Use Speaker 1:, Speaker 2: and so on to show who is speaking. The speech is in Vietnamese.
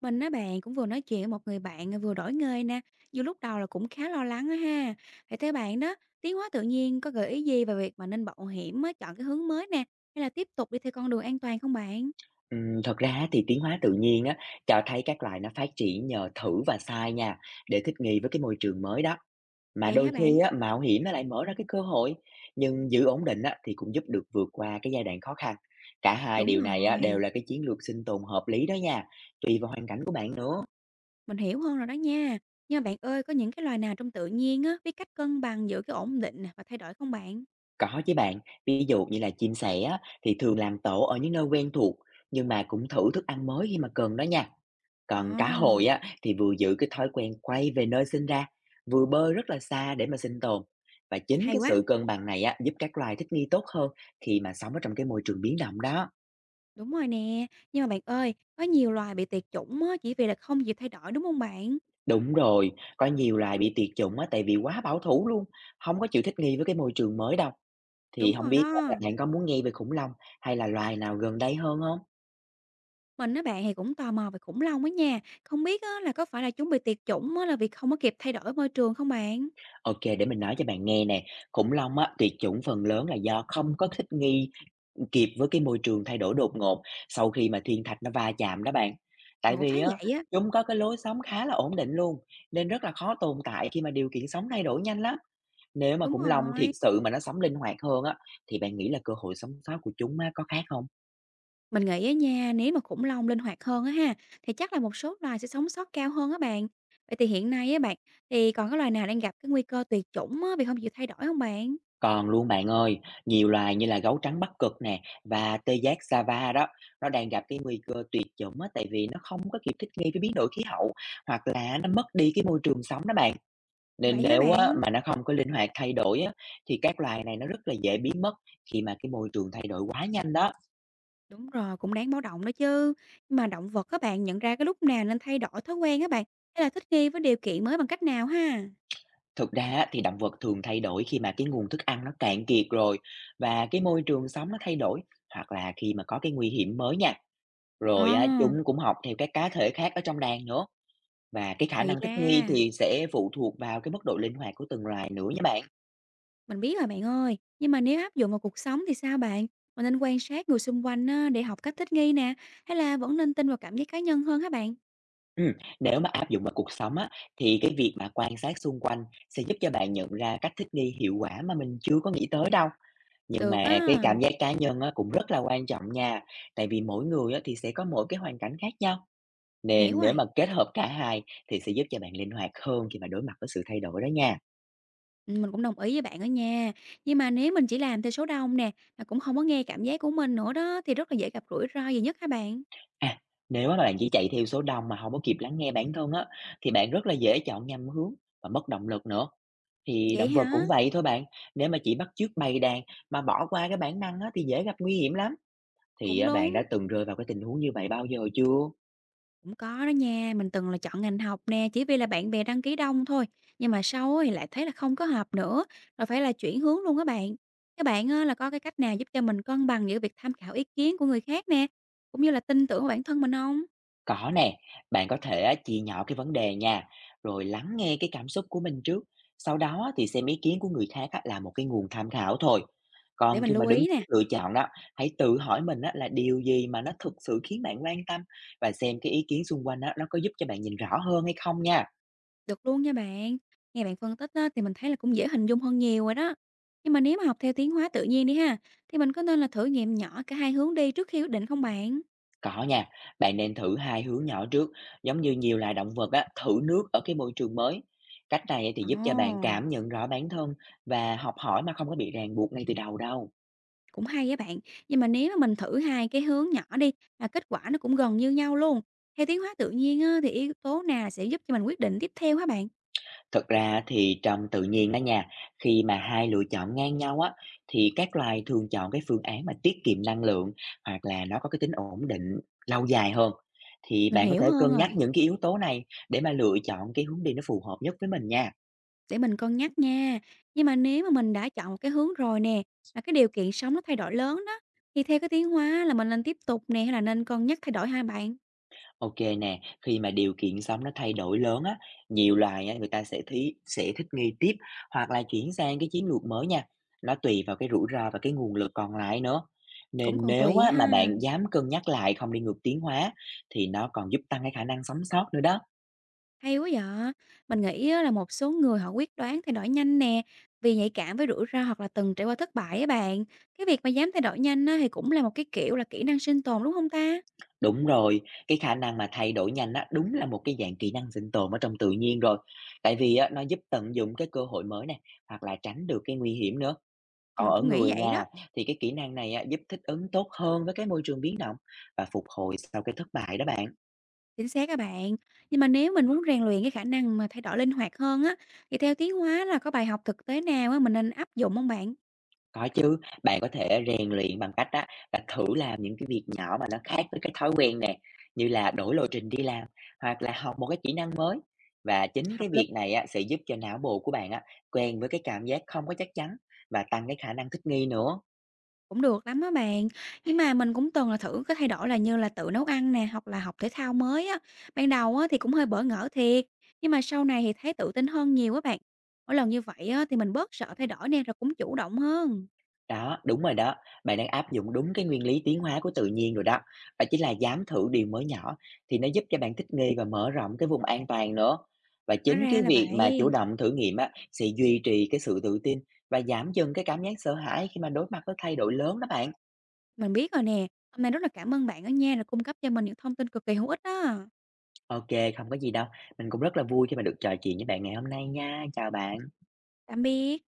Speaker 1: Mình á bạn cũng vừa nói chuyện với một người bạn à, vừa đổi nghề nè, dù lúc đầu là cũng khá lo lắng á ha. Vậy theo bạn đó, tiến hóa tự nhiên có gợi ý gì về việc mà nên mạo hiểm mới chọn cái hướng mới nè, hay là tiếp tục đi theo con đường an toàn không bạn?
Speaker 2: Thật ra á thì tiến hóa tự nhiên á, cho thấy các loài nó phát triển nhờ thử và sai nha, để thích nghi với cái môi trường mới đó. Mà
Speaker 1: Vậy hả
Speaker 2: đôi khi
Speaker 1: bạn?
Speaker 2: á, mạo hiểm nó lại mở ra cái cơ hội, nhưng giữ ổn định á, thì cũng giúp được vượt qua cái giai đoạn khó khăn. Cả hai
Speaker 1: Đúng
Speaker 2: điều này á, đều
Speaker 1: rồi,
Speaker 2: là cái chiến lược sinh tồn hợp lý đó nha, tùy vào hoàn cảnh của bạn nữa.
Speaker 1: mình hiểu hơn rồi đó nha. Nhưng mà bạn ơi, có những cái loài nào trong tự nhiên á, biết cách cân bằng giữa cái ổn định nè và thay đổi không bạn?
Speaker 2: Có chứ bạn, ví dụ như là chim sẻ á, thì thường làm tổ ở những nơi quen thuộc, nhưng mà cũng thử thức ăn mới khi mà cần đó nha.
Speaker 1: Ồ,
Speaker 2: Còn cá hồi á thì vừa giữ cái thói quen quay về nơi sinh ra, vừa bơi rất là xa để mà sinh tồn. Và chính
Speaker 1: hay
Speaker 2: cái
Speaker 1: quá.
Speaker 2: sự cân bằng này á giúp các loài thích nghi tốt hơn khi mà sống ở trong cái môi trường biến động đó.
Speaker 1: Đúng rồi nè. Nhưng mà bạn ơi, có nhiều loài bị tuyệt chủng á, chỉ vì là không chịu thay đổi đúng không bạn?
Speaker 2: Đúng rồi, có nhiều loài bị tuyệt chủng á tại vì quá bảo thủ luôn, không có chịu thích nghi với cái môi trường mới đâu. Thì
Speaker 1: Đúng
Speaker 2: không
Speaker 1: rồi
Speaker 2: biết á, là
Speaker 1: đó.
Speaker 2: bạn có muốn nghe về khủng long hay là loài nào gần đây hơn không?
Speaker 1: Mình á bạn thì cũng tò mò về khủng long á nha, không biết á là có phải là chúng bị tuyệt chủng á là vì không có kịp thay đổi môi trường không bạn?
Speaker 2: Ok, để mình nói cho bạn nghe nè. Khủng long á, tuyệt chủng phần lớn là do không có thích nghi kịp với cái môi trường thay đổi đột ngột sau khi mà thiên thạch nó va chạm đó bạn.
Speaker 1: Mình
Speaker 2: Tại
Speaker 1: cũng
Speaker 2: vì
Speaker 1: thấy
Speaker 2: á,
Speaker 1: vậy á,
Speaker 2: chúng có cái lối sống khá là ổn định luôn, nên rất là khó tồn tại khi mà điều kiện sống thay đổi nhanh lắm. Nếu mà
Speaker 1: đúng
Speaker 2: khủng long
Speaker 1: rồi.
Speaker 2: thiệt sự mà nó sống linh hoạt hơn á, thì bạn nghĩ là cơ hội sống sót của chúng á, có khác không?
Speaker 1: Mình nghĩ á nha, nếu mà khủng long linh hoạt hơn á ha, thì chắc là một số loài sẽ sống sót cao hơn á bạn. Vậy thì hiện nay á bạn, thì còn có loài nào đang gặp cái nguy cơ tuyệt chủng á vì không chịu thay đổi không bạn?
Speaker 2: Còn luôn bạn ơi, nhiều loài như là gấu trắng Bắc Cực nè và tê giác Java đó, nó đang gặp cái nguy cơ tuyệt chủng á, tại vì nó không có kịp thích nghi với biến đổi khí hậu, hoặc là nó mất đi cái môi trường sống đó bạn. Nên
Speaker 1: Vậy hả
Speaker 2: nếu á
Speaker 1: bạn?
Speaker 2: mà nó không có linh hoạt thay đổi á, thì các loài này nó rất là dễ biến mất khi mà cái môi trường thay đổi quá nhanh đó.
Speaker 1: Đúng rồi, cũng đáng báo động đó chứ. Nhưng mà động vật các bạn nhận ra cái lúc nào nên thay đổi thói quen các bạn, hay là thích nghi với điều kiện mới bằng cách nào ha?
Speaker 2: Thực ra á, thì động vật thường thay đổi khi mà cái nguồn thức ăn nó cạn kiệt rồi, và cái môi trường sống nó thay đổi, hoặc là khi mà có cái nguy hiểm mới nha.
Speaker 1: Ờ,
Speaker 2: Rồi á, chúng cũng học theo các cá thể khác ở trong đàn nữa, và cái khả
Speaker 1: thì
Speaker 2: năng
Speaker 1: ra.
Speaker 2: thích nghi thì sẽ phụ thuộc vào cái mức độ linh hoạt của từng loài nữa nha bạn.
Speaker 1: Mình biết rồi bạn ơi, nhưng mà nếu áp dụng vào cuộc sống thì sao bạn? Mình nên quan sát người xung quanh á, để học cách thích nghi nè, hay là vẫn nên tin vào cảm giác cá nhân hơn hả bạn?
Speaker 2: Ừm, nếu mà áp dụng vào cuộc sống á, thì cái việc mà quan sát xung quanh sẽ giúp cho bạn nhận ra cách thích nghi hiệu quả mà mình chưa có nghĩ tới đâu. Nhưng
Speaker 1: Được
Speaker 2: mà cái
Speaker 1: á,
Speaker 2: cảm giác cá nhân á, cũng rất là quan trọng nha, tại vì mỗi người á, thì sẽ có mỗi cái hoàn cảnh khác nhau.
Speaker 1: mình hiểu
Speaker 2: Nên nếu
Speaker 1: rồi.
Speaker 2: mà kết hợp cả hai thì sẽ giúp cho bạn linh hoạt hơn khi mà đối mặt với sự thay đổi đó nha.
Speaker 1: Ừ, mình cũng đồng ý với bạn ở nha. Nhưng mà nếu mình chỉ làm theo số đông nè, mà cũng không có nghe cảm giác của mình nữa đó, thì rất là dễ gặp rủi ro gì nhất hả bạn?
Speaker 2: À, nếu mà bạn chỉ chạy theo số đông mà không có kịp lắng nghe bản thân á, thì bạn rất là dễ chọn nhầm hướng và mất động lực nữa. Thì
Speaker 1: Vậy
Speaker 2: động vật
Speaker 1: hả?
Speaker 2: cũng vậy thôi bạn, nếu mà chỉ bắt chước bầy đàn mà bỏ qua cái bản năng á, thì dễ gặp nguy hiểm lắm. Thì
Speaker 1: Cũng
Speaker 2: á, bạn đã
Speaker 1: đúng.
Speaker 2: từng rơi vào cái tình huống như vậy bao giờ chưa?
Speaker 1: Cũng có đó nha, mình từng là chọn ngành học nè, chỉ vì là bạn bè đăng ký đông thôi. Nhưng mà sau á thì lại thấy là không có hợp nữa, rồi phải là chuyển hướng luôn các bạn. Các bạn á, là có cái cách nào giúp cho mình cân bằng giữa việc tham khảo ý kiến của người khác nè, cũng như là tin tưởng vào bản thân mình không?
Speaker 2: Có nè, bạn có thể á, chia nhỏ cái vấn đề nha, rồi lắng nghe cái cảm xúc của mình trước, sau đó á, thì xem ý kiến của người khác á, là một cái nguồn tham khảo thôi.
Speaker 1: Để
Speaker 2: Còn
Speaker 1: mình
Speaker 2: khi mà
Speaker 1: lưu
Speaker 2: đứng
Speaker 1: ý nè,
Speaker 2: trước lựa chọn đó, hãy tự hỏi mình á, là điều gì mà nó thực sự khiến bạn quan tâm, và xem cái ý kiến xung quanh á, nó có giúp cho bạn nhìn rõ hơn hay không nha.
Speaker 1: được luôn nha bạn. Nghe bạn phân tích á, thì mình thấy là cũng dễ hình dung hơn nhiều rồi đó. Nhưng mà nếu mà học theo tiến hóa tự nhiên đi ha, thì mình có nên là thử nghiệm nhỏ cả hai hướng đi trước khi quyết định không bạn?
Speaker 2: Có nha, bạn nên thử hai hướng nhỏ trước, giống như nhiều loài động vật á, thử nước ở cái môi trường mới. Cách này thì giúp cho bạn
Speaker 1: Ồ,
Speaker 2: cảm nhận rõ bản thân và học hỏi mà không có bị ràng buộc ngay từ đầu đâu.
Speaker 1: cũng hay với bạn, nhưng mà nếu mà mình thử hai cái hướng nhỏ đi mà kết quả nó cũng gần như nhau luôn. Theo tiến hóa tự nhiên á, thì yếu tố nào sẽ giúp cho mình quyết định tiếp theo hả bạn?
Speaker 2: Thật ra thì trong tự nhiên đó nha, khi mà hai lựa chọn ngang nhau á, thì các loài thường chọn cái phương án mà tiết kiệm năng lượng, hoặc là nó có cái tính ổn định lâu dài hơn. Thì
Speaker 1: Mình
Speaker 2: bạn có
Speaker 1: hiểu
Speaker 2: thể
Speaker 1: hơn
Speaker 2: cân
Speaker 1: rồi,
Speaker 2: nhắc những cái yếu tố này để mà lựa chọn cái hướng đi nó phù hợp nhất với mình nha.
Speaker 1: để mình cân nhắc nha. Nhưng mà nếu mà mình đã chọn một cái hướng rồi nè, mà cái điều kiện sống nó thay đổi lớn đó, thì theo cái tiến hóa là mình nên tiếp tục nè hay là nên cân nhắc thay đổi hai bạn?
Speaker 2: OK nè, khi mà điều kiện sống nó thay đổi lớn á, nhiều loài á, người ta sẽ thích nghi tiếp, hoặc là chuyển sang cái chiến lược mới nha. Nó tùy vào cái rủi ro và cái nguồn lực còn lại nữa.
Speaker 1: Cũng
Speaker 2: Nên
Speaker 1: còn
Speaker 2: nếu
Speaker 1: tùy
Speaker 2: á, mà
Speaker 1: ha.
Speaker 2: bạn dám cân nhắc lại không đi ngược tiến hóa, thì nó còn giúp tăng cái khả năng sống sót nữa đó.
Speaker 1: Hay quá vậy! Mình nghĩ á là một số người họ quyết đoán thay đổi nhanh nè, vì nhạy cảm với rủi ro hoặc là từng trải qua thất bại á bạn. Cái việc mà dám thay đổi nhanh á thì cũng là một cái, kiểu là, kỹ năng sinh tồn, đúng không ta?
Speaker 2: Đúng rồi, cái khả năng mà thay đổi nhanh á, đúng là một cái dạng kỹ năng sinh tồn ở trong tự nhiên rồi. Tại vì á, nó giúp tận dụng cái cơ hội mới này, hoặc là tránh được cái nguy hiểm nữa. Còn
Speaker 1: Mình
Speaker 2: ở
Speaker 1: cũng nghĩ
Speaker 2: người
Speaker 1: vậy đó.
Speaker 2: nha, thì cái kỹ năng này á, giúp thích ứng tốt hơn với cái môi trường biến động, và phục hồi sau cái thất bại đó bạn.
Speaker 1: Chính xác á bạn. Nhưng mà nếu mình muốn rèn luyện cái khả năng mà thay đổi linh hoạt hơn á, thì theo tiến hóa là có bài học thực tế nào á mình nên áp dụng không bạn?
Speaker 2: Có chứ, bạn có thể rèn luyện bằng cách á, là thử làm những cái việc nhỏ mà nó khác với cái thói quen nè, như là đổi lộ trình đi làm, hoặc là học một cái kỹ năng mới. Và chính
Speaker 1: Học.
Speaker 2: cái việc này á, sẽ giúp cho não bộ của bạn á, quen với cái cảm giác không có chắc chắn, và tăng cái khả năng thích nghi nữa.
Speaker 1: Cũng được lắm á bạn, nhưng mà mình cũng từng là thử cái thay đổi là như là tự nấu ăn nè, hoặc là học thể thao mới á. Ban đầu á thì cũng hơi bỡ ngỡ thiệt, nhưng mà sau này thì thấy tự tin hơn nhiều á bạn. Mỗi lần như vậy á thì mình bớt sợ thay đổi nè, rồi cũng chủ động hơn.
Speaker 2: Đó, đúng rồi đó. Bạn đang áp dụng đúng cái nguyên lý tiến hóa của tự nhiên rồi đó. Bạn chỉ là dám thử điều mới nhỏ thì nó giúp cho bạn thích nghi và mở rộng cái vùng an toàn nữa. Và
Speaker 1: Hóa
Speaker 2: chính
Speaker 1: ra
Speaker 2: cái
Speaker 1: là
Speaker 2: việc mà chủ
Speaker 1: vậy,
Speaker 2: động thử nghiệm á sẽ duy trì cái sự tự tin, và giảm dần cái cảm giác sợ hãi khi mà đối mặt với thay đổi lớn đó bạn.
Speaker 1: mình biết rồi nè. Hôm nay rất là cảm ơn bạn ở nha, là cung cấp cho mình những thông tin cực kỳ hữu ích đó.
Speaker 2: Ok, không có gì đâu. Mình cũng rất là vui khi mà được trò chuyện với bạn ngày hôm nay nha. Chào bạn.
Speaker 1: Tạm biệt.